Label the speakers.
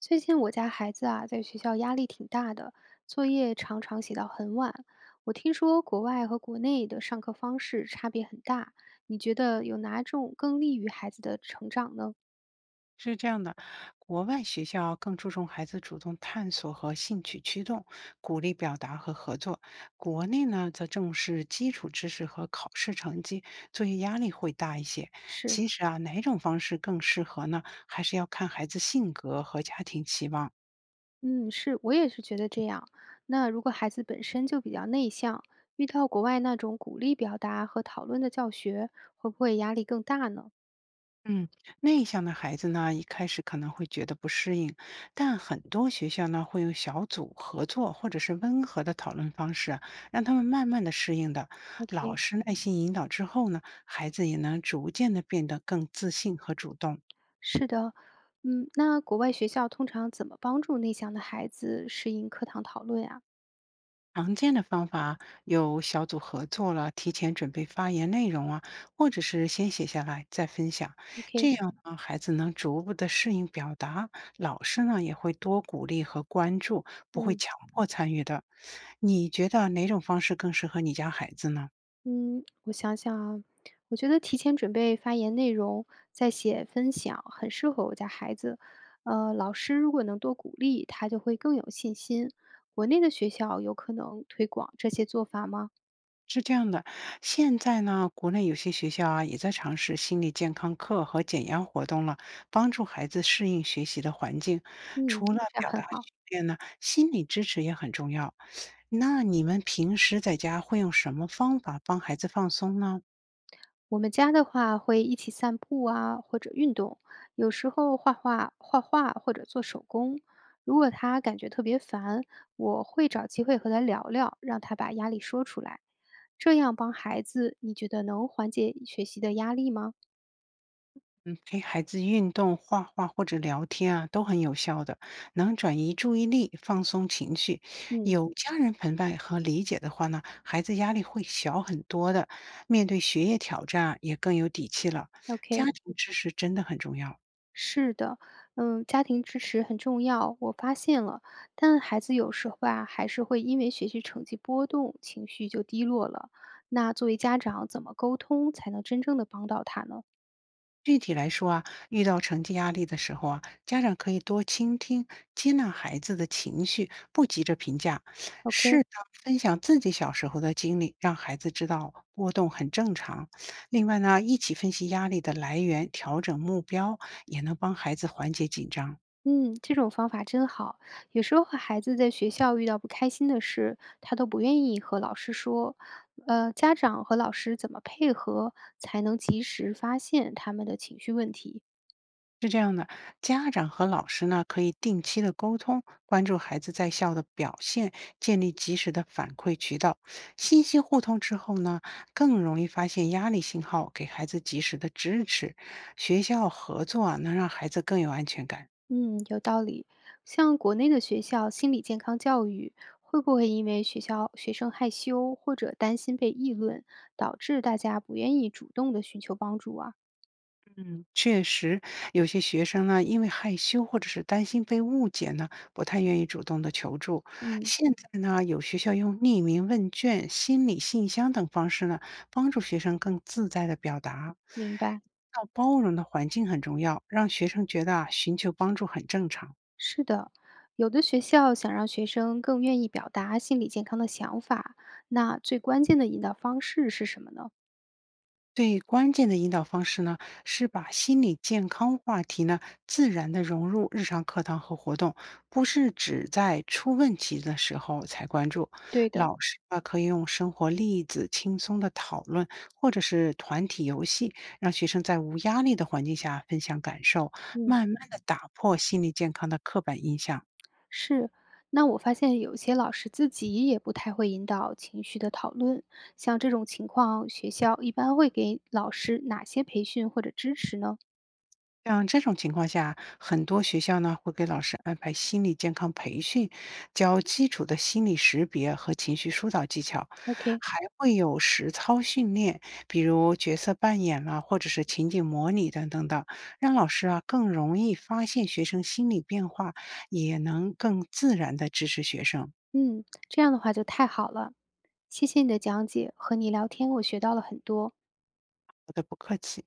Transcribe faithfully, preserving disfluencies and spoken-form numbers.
Speaker 1: 最近我家孩子啊，在学校压力挺大的，作业常常写到很晚。我听说国外和国内的上课方式差别很大，你觉得有哪种更利于孩子的成长呢？
Speaker 2: 是这样的，国外学校更注重孩子主动探索和兴趣驱动，鼓励表达和合作；国内呢，则重视基础知识和考试成绩，作业压力会大一些。
Speaker 1: 是，
Speaker 2: 其实啊，哪种方式更适合呢？还是要看孩子性格和家庭期望。
Speaker 1: 嗯，是，我也是觉得这样。那如果孩子本身就比较内向，遇到国外那种鼓励表达和讨论的教学，会不会压力更大呢
Speaker 2: 嗯，内向的孩子呢，一开始可能会觉得不适应，但很多学校呢会用小组合作或者是温和的讨论方式啊让他们慢慢的适应的。老
Speaker 1: ？OK，
Speaker 2: 师耐心引导之后呢，孩子也能逐渐的变得更自信和主动。
Speaker 1: 是的，嗯，那国外学校通常怎么帮助内向的孩子适应课堂讨论啊
Speaker 2: 常见的方法有小组合作了，提前准备发言内容啊，或者是先写下来再分享，
Speaker 1: ？OK，
Speaker 2: 这样嗯呢，孩子能逐步的适应表达，老师呢也会多鼓励和关注，不会
Speaker 1: 嗯
Speaker 2: 强迫参与的。你觉得哪种方式更适合你家孩子呢？
Speaker 1: 嗯，我想想啊，我觉得提前准备发言内容，再写分享，很适合我家孩子。呃，老师如果能多鼓励，他就会更有信心。国内的学校有可能推广这些做法吗？
Speaker 2: 是这样的，现在呢，国内有些学校啊也在尝试心理健康课和减压活动了，帮助孩子适应学习的环境。
Speaker 1: 嗯，
Speaker 2: 除了
Speaker 1: 那这样
Speaker 2: 表
Speaker 1: 很
Speaker 2: 达
Speaker 1: 好。
Speaker 2: 训练呢，心理支持也很重要。那你们平时在家会用什么方法帮孩子放松呢？
Speaker 1: 我们家的话会一起散步啊，或者运动，有时候画画、画画或者做手工。如果他感觉特别烦，我会找机会和他聊聊，让他把压力说出来。这样帮孩子，你觉得能缓解学习的压力吗？
Speaker 2: 嗯，陪孩子运动、画画或者聊天啊，都很有效的，能转移注意力、放松情绪。
Speaker 1: 嗯
Speaker 2: 有家人陪伴和理解的话呢，孩子压力会小很多的，面对学业挑战啊也更有底气了。家
Speaker 1: ，OK。
Speaker 2: 庭支持真的很重要。
Speaker 1: 是的，嗯，家庭支持很重要，我发现了。但孩子有时候啊，还是会因为学习成绩波动，情绪就低落了。那作为家长，怎么沟通才能真正的帮到他呢
Speaker 2: 具体来说啊，遇到成绩压力的时候啊，家长可以多倾听、接纳孩子的情绪，不急着评价，适
Speaker 1: ？OK，
Speaker 2: 当分享自己小时候的经历，让孩子知道波动很正常。另外呢，一起分析压力的来源，调整目标，也能帮孩子缓解紧张。
Speaker 1: 嗯，这种方法真好。有时候孩子在学校遇到不开心的事，他都不愿意和老师说。呃，家长和老师怎么配合，才能及时发现他们的情绪问题？
Speaker 2: 是这样的，家长和老师呢可以定期的沟通，关注孩子在校的表现，建立及时的反馈渠道。信息互通之后呢，更容易发现压力信号，给孩子及时的支持。学校合作啊，能让孩子更有安全感。
Speaker 1: 嗯，有道理。像国内的学校心理健康教育，会不会因为学校学生害羞或者担心被议论，导致大家不愿意主动的寻求帮助啊？
Speaker 2: 嗯，确实，有些学生呢，因为害羞或者是担心被误解呢，不太愿意主动的求助。
Speaker 1: 嗯，
Speaker 2: 现在呢，有学校用匿名问卷、心理信箱等方式呢，帮助学生更自在的表达。
Speaker 1: 明白。
Speaker 2: 要包容的环境很重要，让学生觉得啊，寻求帮助很正常。
Speaker 1: 是的，有的学校想让学生更愿意表达心理健康的想法，那最关键的引导方式是什么呢？
Speaker 2: 最关键的引导方式呢，是把心理健康话题呢自然的融入日常课堂和活动，不是只在出问题的时候才关注。
Speaker 1: 对的，
Speaker 2: 老师啊，可以用生活例子轻松的讨论，或者是团体游戏，让学生在无压力的环境下分享感受，
Speaker 1: 嗯。
Speaker 2: 慢慢的打破心理健康的刻板印象。
Speaker 1: 是，那我发现有些老师自己也不太会引导情绪的讨论，像这种情况，学校一般会给老师哪些培训或者支持呢
Speaker 2: 像这种情况下，很多学校呢会给老师安排心理健康培训，教基础的心理识别和情绪疏导技巧，
Speaker 1: ？OK，
Speaker 2: 还会有实操训练，比如角色扮演啦，或者是情景模拟等等的，让老师啊更容易发现学生心理变化，也能更自然的支持学生。
Speaker 1: 嗯，这样的话就太好了，谢谢你的讲解，和你聊天我学到了很多。
Speaker 2: 好的，不客气。